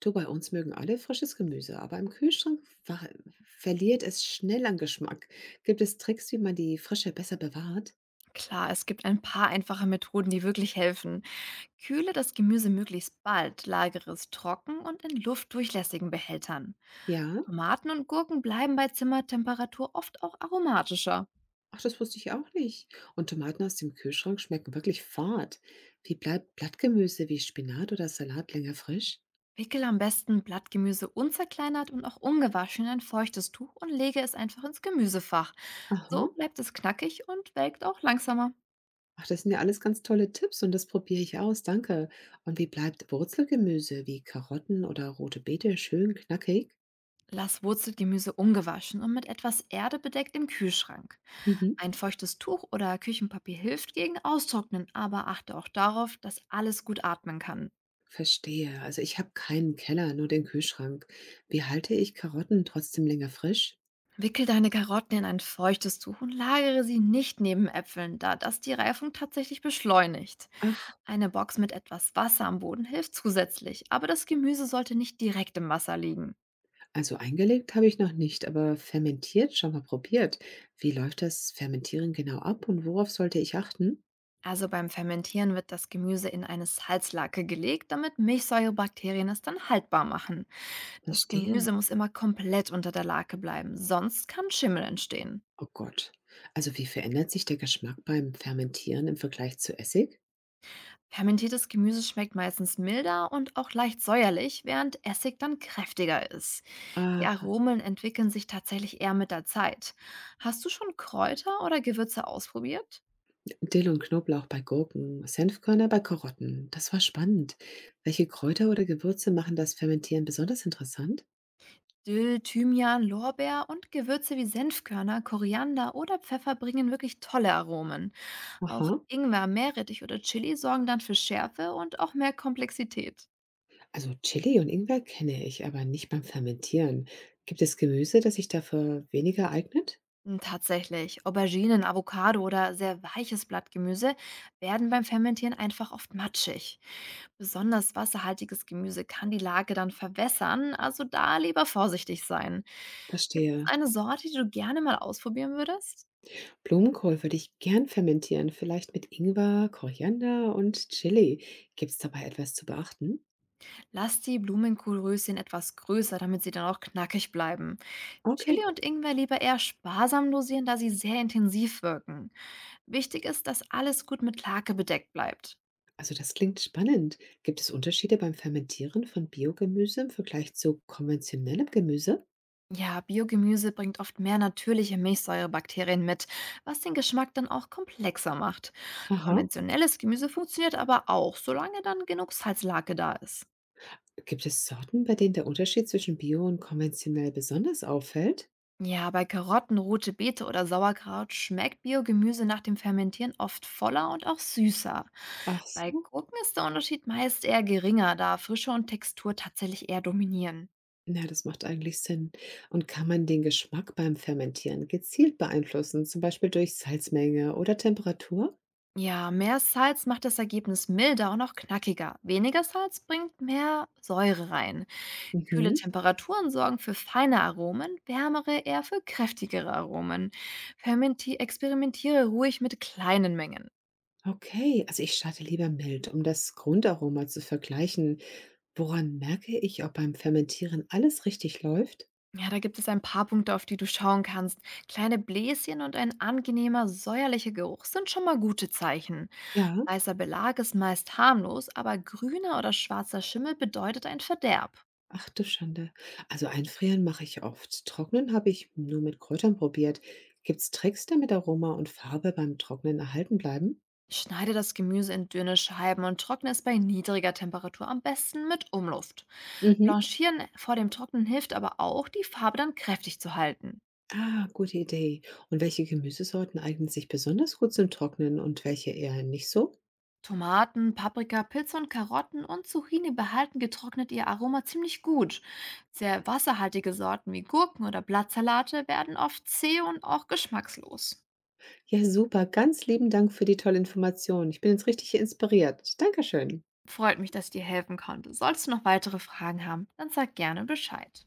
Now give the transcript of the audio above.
Du, bei uns mögen alle frisches Gemüse, aber im Kühlschrank verliert es schnell an Geschmack. Gibt es Tricks, wie man die Frische besser bewahrt? Klar, es gibt ein paar einfache Methoden, die wirklich helfen. Kühle das Gemüse möglichst bald, lagere es trocken und in luftdurchlässigen Behältern. Ja? Tomaten und Gurken bleiben bei Zimmertemperatur oft auch aromatischer. Ach, das wusste ich auch nicht. Und Tomaten aus dem Kühlschrank schmecken wirklich fad. Wie bleibt Blattgemüse wie Spinat oder Salat länger frisch? Wickel am besten Blattgemüse unzerkleinert und auch ungewaschen in ein feuchtes Tuch und lege es einfach ins Gemüsefach. Aha. So bleibt es knackig und welkt auch langsamer. Ach, das sind ja alles ganz tolle Tipps und das probiere ich aus, danke. Und wie bleibt Wurzelgemüse wie Karotten oder rote Beete schön knackig? Lass Wurzelgemüse ungewaschen und mit etwas Erde bedeckt im Kühlschrank. Mhm. Ein feuchtes Tuch oder Küchenpapier hilft gegen Austrocknen, aber achte auch darauf, dass alles gut atmen kann. Verstehe. Also ich habe keinen Keller, nur den Kühlschrank. Wie halte ich Karotten trotzdem länger frisch? Wickel deine Karotten in ein feuchtes Tuch und lagere sie nicht neben Äpfeln, da das die Reifung tatsächlich beschleunigt. Ach, Eine Box mit etwas Wasser am Boden hilft zusätzlich, aber das Gemüse sollte nicht direkt im Wasser liegen. also eingelegt habe ich noch nicht, aber fermentiert schon mal probiert. Wie läuft das Fermentieren genau ab und worauf sollte ich achten? Also beim Fermentieren wird das Gemüse in eine Salzlake gelegt, damit Milchsäurebakterien es dann haltbar machen. Das Verstehe. Gemüse muss immer komplett unter der Lake bleiben, sonst kann Schimmel entstehen. Oh Gott. Also wie verändert sich der Geschmack beim Fermentieren im Vergleich zu Essig? Fermentiertes Gemüse schmeckt meistens milder und auch leicht säuerlich, während Essig dann kräftiger ist. Die Aha. Aromen entwickeln sich tatsächlich eher mit der Zeit. Hast du schon Kräuter oder Gewürze ausprobiert? Dill und Knoblauch bei Gurken, Senfkörner bei Karotten. Das war spannend. Welche Kräuter oder Gewürze machen das Fermentieren besonders interessant? Dill, Thymian, Lorbeer und Gewürze wie Senfkörner, Koriander oder Pfeffer bringen wirklich tolle Aromen. Auch Aha. Ingwer, Meerrettich oder Chili sorgen dann für Schärfe und auch mehr Komplexität. Also Chili und Ingwer kenne ich, aber nicht beim Fermentieren. Gibt es Gemüse, das sich dafür weniger eignet? Tatsächlich Auberginen, Avocado oder sehr weiches Blattgemüse werden beim Fermentieren einfach oft matschig. Besonders wasserhaltiges Gemüse kann die Lage dann verwässern, also da lieber vorsichtig sein. Gibt es Verstehe. eine Sorte, die du gerne mal ausprobieren würdest? Blumenkohl würde ich gern fermentieren, vielleicht mit Ingwer, Koriander und Chili. Gibt es dabei etwas zu beachten? Lass die Blumenkohlröschen etwas größer, damit sie dann auch knackig bleiben. Chili Okay, und Ingwer lieber eher sparsam dosieren, da sie sehr intensiv wirken. Wichtig ist, dass alles gut mit Lake bedeckt bleibt. also das klingt spannend. Gibt es Unterschiede beim Fermentieren von Biogemüse im Vergleich zu konventionellem Gemüse? Ja, Biogemüse bringt oft mehr natürliche Milchsäurebakterien mit, was den Geschmack dann auch komplexer macht. Aha. Konventionelles Gemüse funktioniert aber auch, solange dann genug Salzlake da ist. Gibt es Sorten, bei denen der Unterschied zwischen Bio und konventionell besonders auffällt? Ja, bei Karotten, rote Beete oder Sauerkraut schmeckt Biogemüse nach dem Fermentieren oft voller und auch süßer. Ach Bei so. Gurken ist der Unterschied meist eher geringer, da Frische und Textur tatsächlich eher dominieren. Ja, das macht eigentlich Sinn. Und kann man den Geschmack beim Fermentieren gezielt beeinflussen, zum Beispiel durch Salzmenge oder Temperatur? Ja, mehr Salz macht das Ergebnis milder und auch knackiger. Weniger Salz bringt mehr Säure rein. Kühle Mhm. Temperaturen sorgen für feine Aromen, wärmere eher für kräftigere Aromen. Fermenti experimentiere ruhig mit kleinen Mengen. Okay, also ich starte lieber mild, um das Grundaroma zu vergleichen. Woran merke ich, ob beim Fermentieren alles richtig läuft? Ja, da gibt es ein paar Punkte, auf die du schauen kannst. Kleine Bläschen und ein angenehmer, säuerlicher Geruch sind schon mal gute Zeichen. Ja, Weißer Belag ist meist harmlos, aber grüner oder schwarzer Schimmel bedeutet ein Verderb. ach du Schande. Also einfrieren mache ich oft. Trocknen habe ich nur mit Kräutern probiert. Gibt's Tricks, damit Aroma und Farbe beim Trocknen erhalten bleiben? Schneide das Gemüse in dünne Scheiben und trockne es bei niedriger Temperatur am besten mit Umluft. Mhm. Blanchieren vor dem Trocknen hilft aber auch, die Farbe dann kräftig zu halten. Ah, gute Idee. Und welche Gemüsesorten eignen sich besonders gut zum Trocknen und welche eher nicht so? Tomaten, Paprika, Pilze und Karotten und Zucchini behalten getrocknet ihr Aroma ziemlich gut. Sehr wasserhaltige Sorten wie Gurken oder Blattsalate werden oft zäh und auch geschmackslos. Ja, super. Ganz lieben Dank für die tolle Information. Ich bin jetzt richtig inspiriert. Dankeschön. Freut mich, dass ich dir helfen konnte. Sollst du noch weitere Fragen haben, dann sag gerne Bescheid.